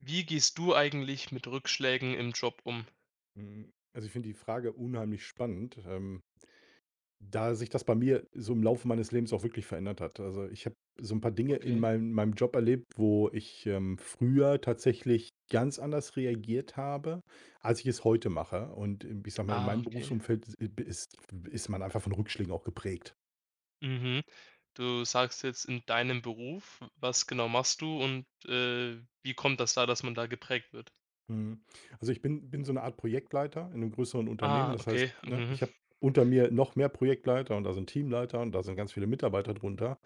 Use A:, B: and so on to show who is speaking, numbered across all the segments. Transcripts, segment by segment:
A: Wie gehst du eigentlich mit Rückschlägen im Job um?
B: Also, ich finde die Frage unheimlich spannend, da sich das bei mir so im Laufe meines Lebens auch wirklich verändert hat. Also, ich habe so ein paar Dinge in
A: Okay.
B: meinem Job erlebt, wo ich, früher tatsächlich ganz anders reagiert habe, als ich es heute mache. Und, ich sage mal, in
A: Ah,
B: meinem
A: okay.
B: Berufsumfeld is ist ist man einfach von Rückschlägen auch geprägt.
A: Mhm. Du sagst jetzt in deinem Beruf, was genau machst du und, wie kommt das da, dass man da geprägt wird?
B: Mhm. Also, ich bin so eine Art Projektleiter in einem größeren Unternehmen.
A: Ah,
B: Das heißt,
A: okay.
B: ne,
A: Mhm.
B: ich habe unter mir noch mehr Projektleiter und da sind Teamleiter und da sind ganz viele Mitarbeiter drunter.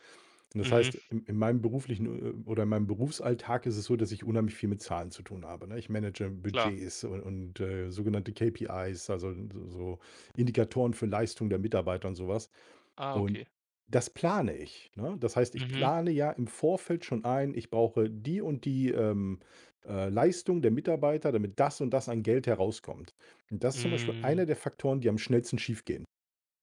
B: Und das
A: Mhm.
B: heißt, in meinem beruflichen oder in meinem Berufsalltag ist es so, dass ich unheimlich viel mit Zahlen zu tun habe, ne? Ich manage
A: Klar.
B: Budgets und sogenannte KPIs, also so Indikatoren für Leistung der Mitarbeiter und sowas.
A: Ah,
B: Und
A: okay.
B: das plane ich, ne? Das heißt, ich
A: Mhm.
B: plane ja im Vorfeld schon ein, ich brauche die und die, Leistung der Mitarbeiter, damit das und das an Geld herauskommt. Und das ist zum Beispiel
A: Hm.
B: einer der Faktoren, die am schnellsten schiefgehen.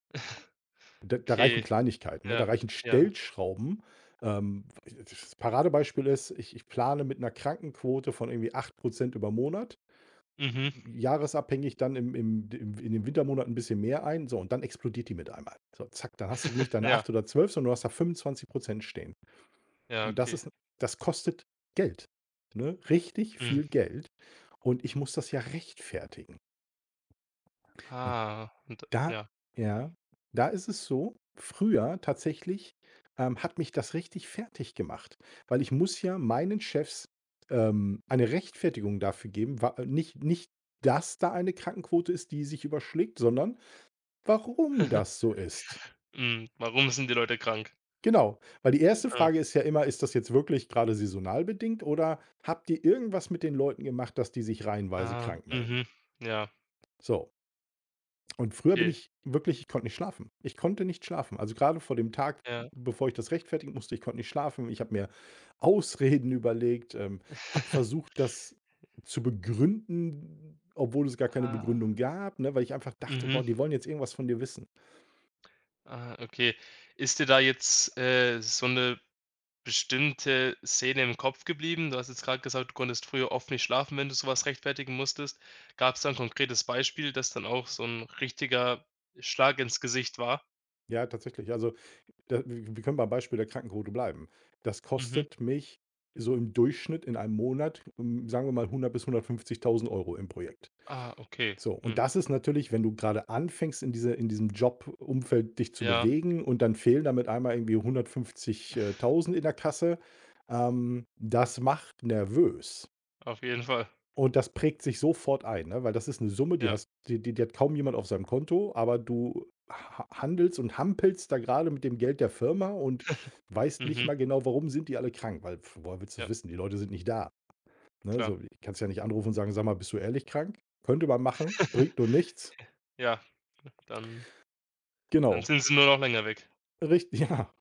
B: Da reichen
A: Okay.
B: Kleinigkeiten, ne? Da
A: Ja,
B: reichen
A: ja.
B: Stellschrauben. Das Paradebeispiel ist, ich plane mit einer Krankenquote von irgendwie 8% über Monat,
A: Mhm.
B: jahresabhängig dann im im im in den Wintermonaten ein bisschen mehr ein, so und dann explodiert die mit einmal. So, zack, dann hast du nicht deine
A: Ja.
B: 8 oder 12, sondern du hast da 25% stehen.
A: Ja,
B: Und das
A: okay.
B: ist das kostet Geld, ne? Richtig
A: Mhm.
B: viel Geld und ich muss das ja rechtfertigen. Und
A: Ah, und
B: Da
A: ja.
B: ja, da ist es so, früher tatsächlich, hat mich das richtig fertig gemacht, weil ich muss ja meinen Chefs, eine Rechtfertigung dafür geben, wa nicht nicht, dass da eine Krankenquote ist, die sich überschlägt, sondern warum das so ist.
A: Hm, warum sind die Leute krank?
B: Genau, weil die erste
A: Ah.
B: Frage ist ja immer: „Ist das jetzt wirklich gerade saisonal bedingt oder habt ihr irgendwas mit den Leuten gemacht, dass die sich reihenweise
A: Ah,
B: krank melden?“
A: mhm. Ja,
B: So. Und früher bin
A: okay.
B: ich wirklich ich konnte nicht schlafen. Ich konnte nicht schlafen. Also, gerade vor dem Tag,
A: Ja.
B: bevor ich das rechtfertigen musste, ich konnte nicht schlafen. Ich habe mir Ausreden überlegt, habe versucht, das zu begründen, obwohl es gar keine
A: Ah.
B: Begründung gab, ne, weil ich einfach dachte:
A: Mhm.
B: „Boah, die wollen jetzt irgendwas von dir wissen.“
A: Ah, okay. Ist dir da jetzt, so eine bestimmte Szene im Kopf geblieben? Du hast jetzt gerade gesagt, du konntest früher oft nicht schlafen, wenn du sowas rechtfertigen musstest. Gab's da 'n konkretes Beispiel, das dann auch so ein richtiger Schlag ins Gesicht war?
B: Ja, tatsächlich. Also, da wir können beim Beispiel der Krankenquote bleiben. Das
A: Mhm.
B: kostet mich so im Durchschnitt in einem Monat, hm, sagen wir mal 100 bis 150.000 Euro im Projekt.
A: Ah, okay.
B: So, und
A: Hm.
B: das ist natürlich, wenn du gerade anfängst, in diesem Jobumfeld dich zu
A: Ja,
B: bewegen und dann fehlen damit einmal irgendwie 150, in der Kasse, das macht nervös.
A: auf jeden Fall.
B: Und das prägt sich sofort ein, ne, weil das ist eine Summe, die
A: Ja.
B: hast die die die hat kaum jemand auf seinem Konto, aber du ha handelst und hampelst da gerade mit dem Geld der Firma und weißt nicht
A: Mhm.
B: mal genau, warum sind die alle krank, weil woher willst du es
A: Ja,
B: wissen? Die Leute sind nicht da, ne?
A: klar.
B: So, kannst ja nicht anrufen und sagen: „Sag mal, bist du ehrlich krank?“ Könnte man machen, bringt nur nichts.
A: Ja, dann dann
B: Genau.
A: sind sie nur noch länger weg.
B: Richt ja.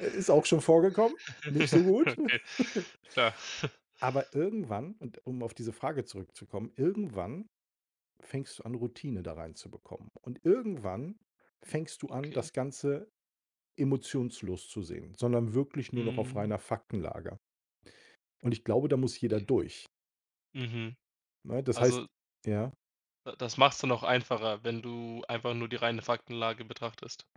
B: Ist auch schon vorgekommen, nicht so gut.
A: Okay, klar.
B: Aber irgendwann und um auf diese Frage zurückzukommen, irgendwann fängst du an, Routine da reinzubekommen. Und irgendwann fängst du an,
A: Okay.
B: das Ganze emotionslos zu sehen, sondern wirklich nur noch auf
A: Hm,
B: reiner Faktenlage. Und ich glaube, da muss jeder
A: ne.
B: durch,
A: Mhm.
B: ne? Das heißt
A: Also,
B: ja?
A: da das machst du noch einfacher, wenn du einfach nur die reine Faktenlage betrachtest.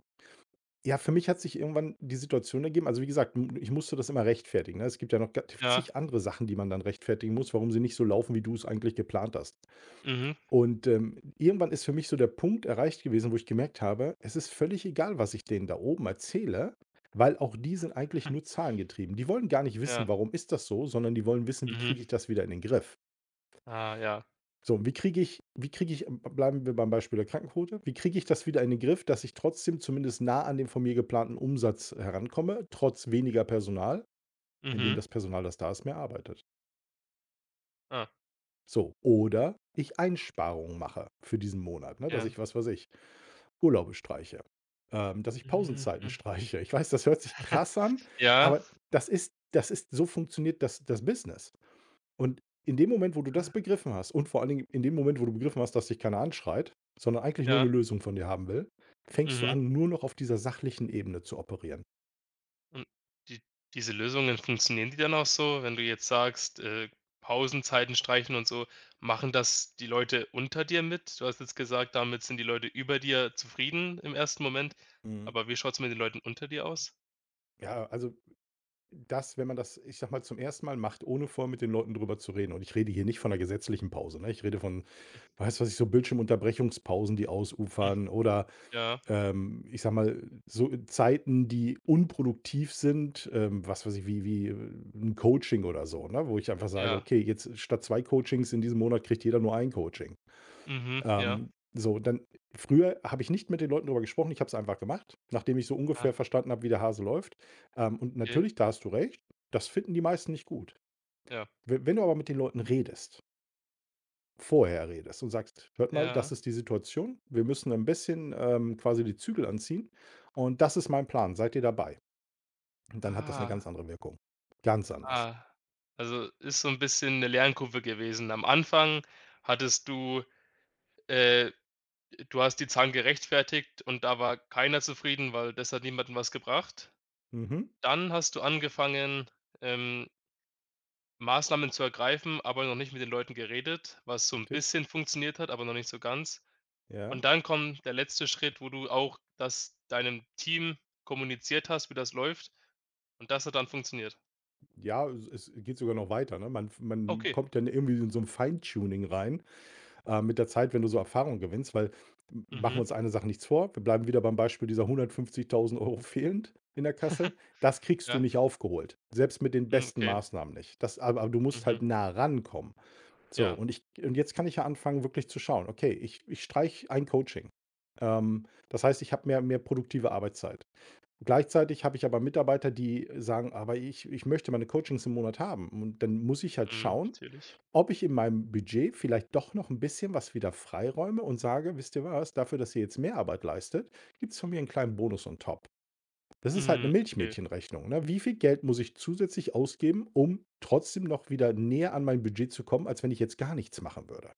B: Ja, für mich hat sich irgendwann die Situation ergeben also, wie gesagt, m ich musste das immer rechtfertigen, ne? Es gibt ja noch ga
A: Ja,
B: zig andere Sachen, die man dann rechtfertigen muss, warum sie nicht so laufen, wie du es eigentlich geplant hast.
A: mhm,
B: Und, irgendwann ist für mich so der Punkt erreicht gewesen, wo ich gemerkt habe, es ist völlig egal, was ich denen da oben erzähle, weil auch die sind eigentlich nur zahlengetrieben. Die wollen gar nicht wissen,
A: ja,
B: warum ist das so, sondern die wollen wissen, wie
A: mhm,
B: kriege ich das wieder in den Griff?
A: ah, ja,
B: So, und wie kriege ich bleiben wir beim Beispiel der Krankenquote, wie kriege ich das wieder in den Griff, dass ich trotzdem zumindest nah an den von mir geplanten Umsatz herankomme, trotz weniger Personal, indem
A: mhm,
B: das Personal, das da ist, mehr arbeitet.
A: ah,
B: So, oder ich Einsparungen mache für diesen Monat, ne, dass
A: ja,
B: ich, was weiß ich, Urlaube streiche, dass ich
A: mhm,
B: Pausenzeiten streiche. Ich weiß, das hört sich krass an,
A: ja,
B: aber das ist so funktioniert das Business. Und in dem Moment, wo du das begriffen hast und vor allen Dingen in dem Moment, wo du begriffen hast, dass dich keiner anschreit, sondern eigentlich nur eine
A: ja,
B: Lösung von dir haben will, fängst du
A: mhm.
B: an, nur noch auf dieser sachlichen Ebene zu operieren.
A: Und die diese Lösungen, funktionieren die dann auch so, wenn du jetzt sagst, Pausenzeiten streichen und so, machen das die Leute unter dir mit? Du hast jetzt gesagt, damit sind die Leute über dir zufrieden im ersten Moment,
B: Mhm.
A: aber wie schaut's mit den Leuten unter dir aus?
B: Ja, also das, wenn man das, ich sag mal, zum ersten Mal macht, ohne vorher mit den Leuten drüber zu reden und ich rede hier nicht von einer gesetzlichen Pause, ne? Ich rede von, weißt du was ich so Bildschirmunterbrechungspausen, die
A: Hm,
B: ausufern oder
A: ja,
B: ich sage mal, so Zeiten, die unproduktiv sind, was weiß ich, wie 'n Coaching oder so, ne? Wo ich einfach sage:
A: ja,
B: „Okay, jetzt statt 2 Coachings in diesem Monat kriegt jeder nur ein Coaching.“
A: mhm, ja,
B: Ähm, so, dann früher habe ich nicht mit den Leuten darüber gesprochen, ich habe es einfach gemacht, nachdem ich so
A: ah.
B: ungefähr verstanden habe, wie der Hase läuft. Und
A: Okay,
B: natürlich, da hast du recht, das finden die meisten nicht gut.
A: ja.
B: We Wenn du aber mit den Leuten redest Vorher redest und sagst: „Hört mal, das
A: Ja.
B: ist die Situation. Wir müssen ein bisschen, quasi die Zügel anziehen und das ist mein Plan. Seid ihr dabei?“ Und dann hat das eine ganz
A: Ah,
B: andere Wirkung. Ganz anders.
A: ah. Also, ist so ein bisschen eine Lernkurve gewesen. Am Anfang hattest du äh, du hast die Zahlen gerechtfertigt und da war keiner zufrieden, weil das hat niemandem was gebracht.
B: Mhm.
A: Dann hast du angefangen, ähm, Maßnahmen zu ergreifen, aber noch nicht mit den Leuten geredet, was so ein
B: Richtig.
A: bisschen funktioniert hat, aber noch nicht so ganz.
B: Ja.
A: Und dann kommt der letzte Schritt, wo du auch das deinem Team kommuniziert hast, wie das läuft, und das hat dann funktioniert.
B: Ja, es geht sogar noch weiter, ne? Man
A: Okay.
B: kommt dann irgendwie in so ein Feintuning rein, mit der Zeit, wenn du so Erfahrung gewinnst, weil m machen
A: Mhm.
B: wir uns eine Sache nichts vor, wir bleiben wieder beim Beispiel dieser 150.000 Euro fehlend in der Kasse. Das kriegst du
A: Ja,
B: nicht aufgeholt, selbst mit den
A: hm,
B: besten
A: okay.
B: Maßnahmen nicht. Das aber du musst
A: Mhm.
B: halt nah rankommen. So,
A: Ja,
B: und jetzt kann ich ja anfangen, wirklich zu schauen, okay, ich streiche ein Coaching. Das heißt, ich habe mehr produktive Arbeitszeit. Gleichzeitig habe ich aber Mitarbeiter, die sagen: „Aber ich möchte meine Coachings im Monat haben.“ Und dann muss ich halt
A: mhm,
B: schauen,
A: natürlich.
B: ob ich in meinem Budget vielleicht doch noch ein bisschen was wieder freiräume und sage: „Wisst ihr was? Dafür, dass ihr jetzt mehr Arbeit leistet, gibt es von mir einen kleinen Bonus on top.“ Das ist halt eine
A: Mhm, okay.
B: Milchmädchenrechnung, ne? Wie viel Geld muss ich zusätzlich ausgeben, um trotzdem noch wieder näher an mein Budget zu kommen, als wenn ich jetzt gar nichts machen würde?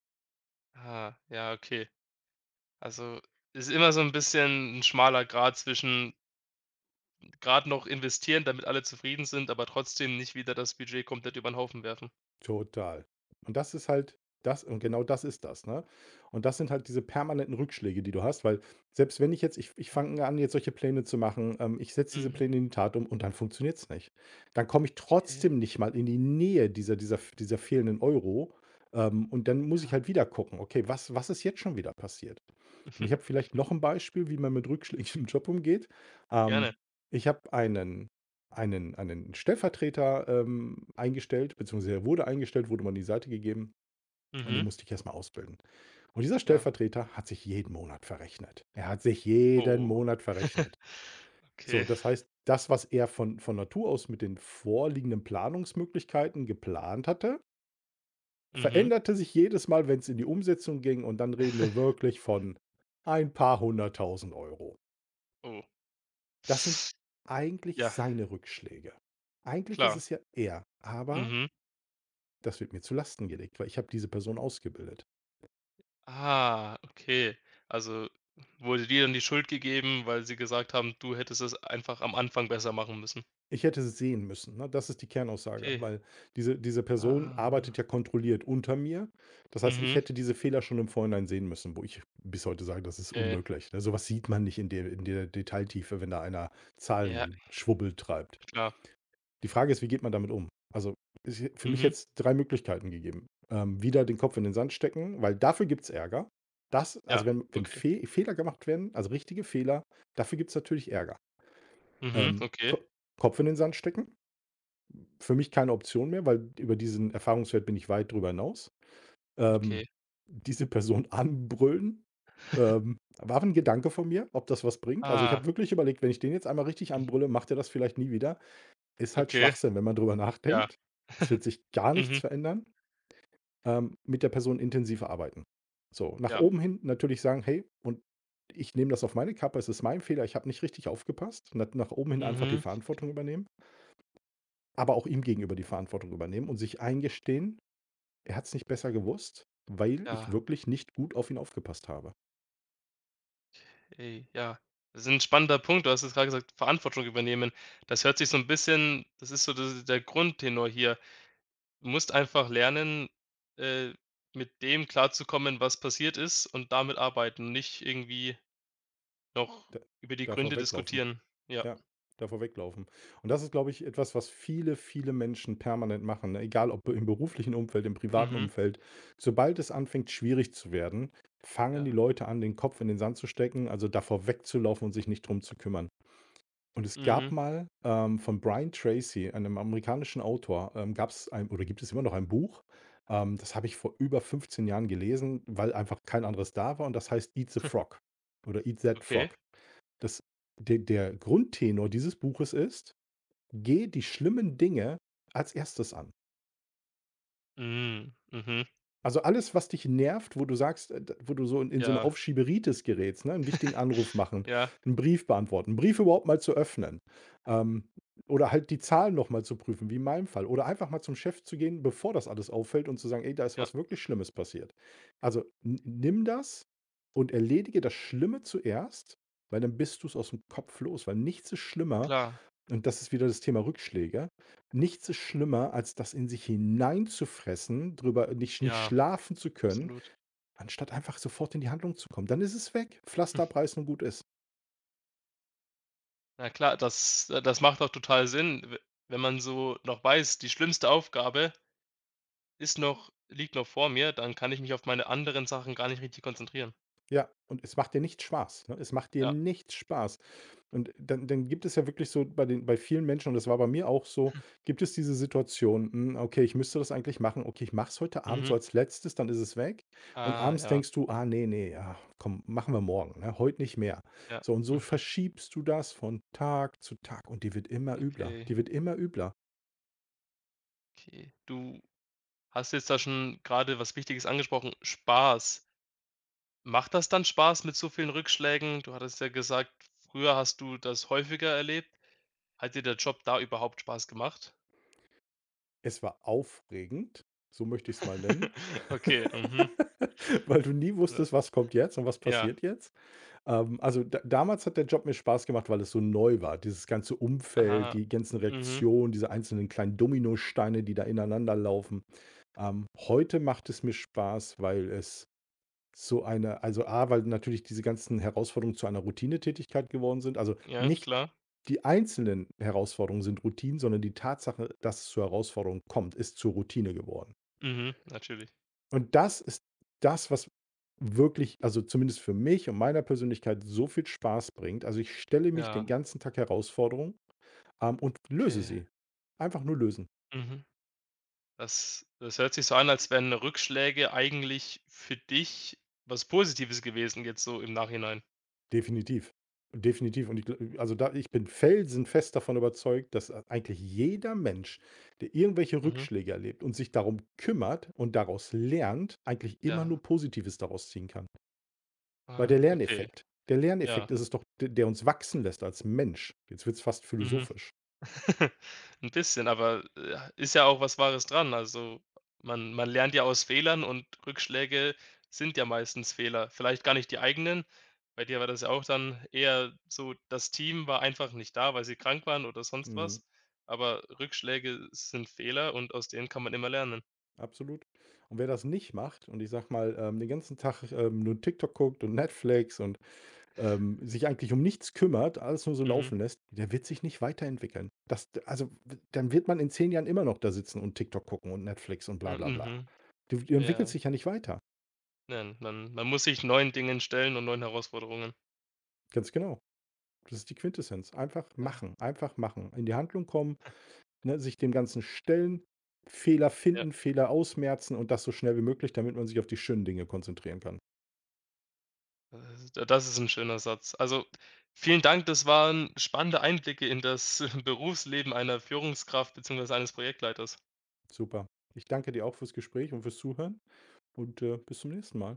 A: Ah, ja, okay. Also, ist immer so 'n bisschen 'n schmaler Grat zwischen grad noch investieren, damit alle zufrieden sind, aber trotzdem nicht wieder das Budget komplett über 'n Haufen werfen.
B: Total. Und das ist halt das und genau das ist das, ne? Und das sind halt diese permanenten Rückschläge, die du hast, weil selbst wenn ich jetzt ich fange an, jetzt solche Pläne zu machen, ich setze diese
A: Mhm,
B: Pläne in die Tat um und dann funktioniert's nicht. Dann komme ich
A: okay,
B: trotzdem nicht mal in die Nähe dieser fehlenden Euro, und dann muss ich
A: ja.
B: halt wieder gucken: „Okay, was ist jetzt schon wieder passiert?“ Und
A: Mhm.
B: ich habe vielleicht noch ein Beispiel, wie man mit Rückschlägen im Job umgeht.
A: Gerne.
B: Ähm, ich habe einen Stellvertreter, eingestellt, beziehungsweise er wurde eingestellt, wurde mir die Seite gegeben und den
A: Mhm,
B: musste ich erst mal ausbilden. Und dieser
A: ja.
B: Stellvertreter hat sich jeden Monat verrechnet. Er hat sich jeden
A: Oh,
B: Monat verrechnet. So,
A: okay.
B: das heißt, das, was er von Natur aus mit den vorliegenden Planungsmöglichkeiten geplant hatte,
A: Mhm.
B: veränderte sich jedes Mal, wenn es in die Umsetzung ging und dann reden wir wirklich von ein paar hunderttausend Euro.
A: Oh.
B: Das sind eigentlich
A: Ja,
B: seine Rückschläge. Eigentlich ist
A: klar.
B: es ja er, aber
A: Mhm.
B: das wird mir zu Lasten gelegt, weil ich habe diese Person ausgebildet.
A: Ah, okay. Also, wurde dir dann die Schuld gegeben, weil sie gesagt haben, du hättest es einfach am Anfang besser machen müssen?
B: Ich hätte es sehen müssen, ne? Das ist die Kernaussage,
A: Okay.
B: weil diese Person
A: Ah.
B: arbeitet ja kontrolliert unter mir. Das heißt, ich
A: Mhm.
B: hätte diese Fehler schon im Vorhinein sehen müssen, wo ich bis heute sage, das ist
A: Okay.
B: unmöglich, ne? So was sieht man nicht in der Detailtiefe, wenn da einer
A: Ja,
B: Zahlenschwubbel treibt.
A: klar.
B: Die Frage ist, wie geht man damit um? Also, es für mich
A: Mhm.
B: jetzt 3 Möglichkeiten gegeben. Wieder den Kopf in den Sand stecken, weil dafür gibt's Ärger. Das
A: Ja,
B: also, wenn
A: okay.
B: Fe Fehler gemacht werden, also richtige Fehler, dafür gibt's natürlich Ärger.
A: Mhm. Okay.
B: Ko Kopf in den Sand stecken. Für mich keine Option mehr, weil über diesen Erfahrungswert bin ich weit drüber hinaus. Ähm,
A: Okay.
B: diese Person anbrüllen, war ein Gedanke von mir, ob das was bringt. Also, ich
A: Ah,
B: habe wirklich überlegt, wenn ich den jetzt einmal richtig anbrülle, macht er das vielleicht nie wieder. Ist halt
A: okay.
B: Schwachsinn, wenn man drüber
A: Ja.
B: nachdenkt. Es wird sich gar nichts
A: Mhm.
B: verändern. Mit der Person intensiv arbeiten. So, nach
A: Ja.
B: oben hin natürlich sagen: „Hey, und ich nehme das auf meine Kappe, es ist mein Fehler, ich habe nicht richtig aufgepasst.“ Na, nach oben hin einfach die
A: Mhm.
B: Verantwortung übernehmen, aber auch ihm gegenüber die Verantwortung übernehmen und sich eingestehen, er hat es nicht besser gewusst, weil
A: Ja.
B: ich wirklich nicht gut auf ihn aufgepasst habe.
A: Ey, ja. Das ist ein spannender Punkt. Du hast es gerade gesagt, Verantwortung übernehmen. Das hört sich so ein bisschen, das ist so, das der Grundtenor hier. Du musst einfach lernen, äh, mit dem klarzukommen, was passiert ist, und damit arbeiten, nicht irgendwie noch
B: Da
A: über die Gründe
B: Davor weglaufen.
A: diskutieren. Ja.
B: Ja, davor weglaufen. Und das ist, glaube ich, etwas, was viele, viele Menschen permanent machen, ne? Egal ob im beruflichen Umfeld, im privaten
A: Mhm.
B: Umfeld. Sobald es anfängt, schwierig zu werden, fangen die
A: Ja.
B: Leute an, den Kopf in den Sand zu stecken, also davor wegzulaufen und sich nicht drum zu kümmern. Und es gab
A: Mhm.
B: mal, von Brian Tracy, einem amerikanischen Autor, gab es ein oder gibt es immer noch ein Buch, das habe ich vor über 15 Jahren gelesen, weil einfach kein anderes da war, und das heißt „Eat the Frog“ oder „Eat that
A: Okay.
B: Frog“. Das de der Grundtenor dieses Buches ist: „Geh die schlimmen Dinge als erstes an.“
A: Mhm. Mhm.
B: Also, alles, was dich nervt, wo du sagst, d wo du so in so eine
A: Ja.
B: Aufschieberitis gerätst, ne? 'N wichtigen Anruf machen,
A: Ja.
B: einen Brief beantworten, 'n Brief überhaupt mal zu öffnen, ähm, oder halt die Zahlen noch mal zu prüfen, wie in meinem Fall. Oder einfach mal zum Chef zu gehen, bevor das alles auffällt, und zu sagen: „Ey, da ist
A: Ja.
B: was wirklich Schlimmes passiert.“ Also, n nimm das und erledige das Schlimme zuerst, weil dann bist du es aus dem Kopf los, weil nichts ist schlimmer,
A: Klar.
B: und das ist wieder das Thema Rückschläge. Nichts ist schlimmer, als das in sich hineinzufressen, drüber nicht
A: Ja,
B: schlafen zu können,
A: absolut.
B: anstatt einfach sofort in die Handlung zu kommen. Dann ist es weg. Pflaster abreißen und gut ist.
A: Na klar, das macht auch total Sinn. We wenn man so noch weiß, die schlimmste Aufgabe ist noch liegt noch vor mir, dann kann ich mich auf meine anderen Sachen gar nicht richtig konzentrieren.
B: Ja, und es macht dir nicht Spaß, ne? Es macht dir
A: Ja.
B: nicht Spaß. Und dann gibt es ja wirklich so bei den bei vielen Menschen, und das war bei mir auch so, gibt es diese Situation: „Hm, okay, ich müsste das eigentlich machen. Okay, ich mache es heute Abend
A: Mhm.
B: so als Letztes, dann ist es weg.“ Und
A: Ah,
B: abends
A: ja.
B: denkst du: „Ah, nee, nee, ja, komm, machen wir morgen, ne? Heute nicht mehr.“
A: Ja.
B: So, und so
A: Mhm.
B: verschiebst du das von Tag zu Tag und die wird immer übler.
A: Okay,
B: Die wird immer übler.
A: okay. Du hast jetzt da schon gerade was Wichtiges angesprochen, Spaß. Macht das dann Spaß mit so vielen Rückschlägen? Du hattest ja gesagt, früher hast du das häufiger erlebt. Hat dir der Job da überhaupt Spaß gemacht?
B: Es war aufregend, so möchte ich es mal nennen,
A: Okay, mhm.
B: weil du nie wusstest, was kommt jetzt und was
A: Ja.
B: passiert jetzt? Also, da Damals hat der Job mir Spaß gemacht, weil es so neu war. Dieses ganze Umfeld,
A: Ah,
B: die ganzen
A: mhm.
B: Reaktionen, diese einzelnen kleinen Dominosteine, die da ineinander laufen. Heute macht es mir Spaß, weil es A, weil natürlich diese ganzen Herausforderungen zu einer Routinetätigkeit geworden sind. Also,
A: Ja,
B: nicht
A: klar.
B: die einzelnen Herausforderungen sind Routinen, sondern die Tatsache, dass es zur Herausforderung kommt, ist zur Routine geworden.
A: Mhm, natürlich.
B: Und das ist das, was wirklich, also zumindest für mich und meiner Persönlichkeit so viel Spaß bringt. Also, ich stelle mich
A: Ja,
B: den ganzen Tag Herausforderungen, und löse
A: okay.
B: sie. Einfach nur lösen.
A: Mhm. Das hört sich so an, als wären Rückschläge eigentlich für dich was Positives gewesen, jetzt so im Nachhinein.
B: Definitiv. Definitiv. Und ich gl also, da ich bin felsenfest davon überzeugt, dass eigentlich jeder Mensch, der irgendwelche
A: Mhm.
B: Rückschläge erlebt und sich darum kümmert und daraus lernt, eigentlich immer
A: Ja.
B: nur Positives daraus ziehen kann. Weil der
A: Ah, okay.
B: Lerneffekt der Lerneffekt
A: Ja,
B: ist es doch, d der uns wachsen lässt als Mensch. Jetzt wird's fast
A: mhm.
B: philosophisch.
A: 'N bisschen, aber, ist ja auch was Wahres dran. Also, man lernt ja aus Fehlern, und Rückschläge sind ja meistens Fehler. Vielleicht gar nicht die eigenen. Bei dir war das ja auch dann eher so, das Team war einfach nicht da, weil sie krank waren oder sonst
B: Mhm.
A: was. Aber Rückschläge sind Fehler und aus denen kann man immer lernen.
B: Absolut. Und wer das nicht macht und ich sage mal, den ganzen Tag, nur TikTok guckt und Netflix und, sich eigentlich um nichts kümmert, alles nur so
A: Mhm.
B: laufen lässt, der wird sich nicht weiterentwickeln. Das also, w Dann wird man in 10 Jahren immer noch da sitzen und TikTok gucken und Netflix und bla bla bla.
A: Mhm.
B: Du
A: Ja.
B: entwickelst dich ja nicht weiter.
A: Nein, man muss sich neuen Dingen stellen und neuen Herausforderungen.
B: Ganz genau. Das ist die Quintessenz.
A: Ja.
B: Einfach machen, in die Handlung kommen, ne, sich dem Ganzen stellen, Fehler
A: Ja.
B: finden, Fehler ausmerzen und das so schnell wie möglich, damit man sich auf die schönen Dinge konzentrieren kann.
A: Das ist 'n schöner Satz. Also, vielen Dank, das waren spannende Einblicke in das Berufsleben einer Führungskraft beziehungsweise eines Projektleiters.
B: Super. Ich danke dir auch fürs Gespräch und fürs Zuhören und, bis zum nächsten Mal.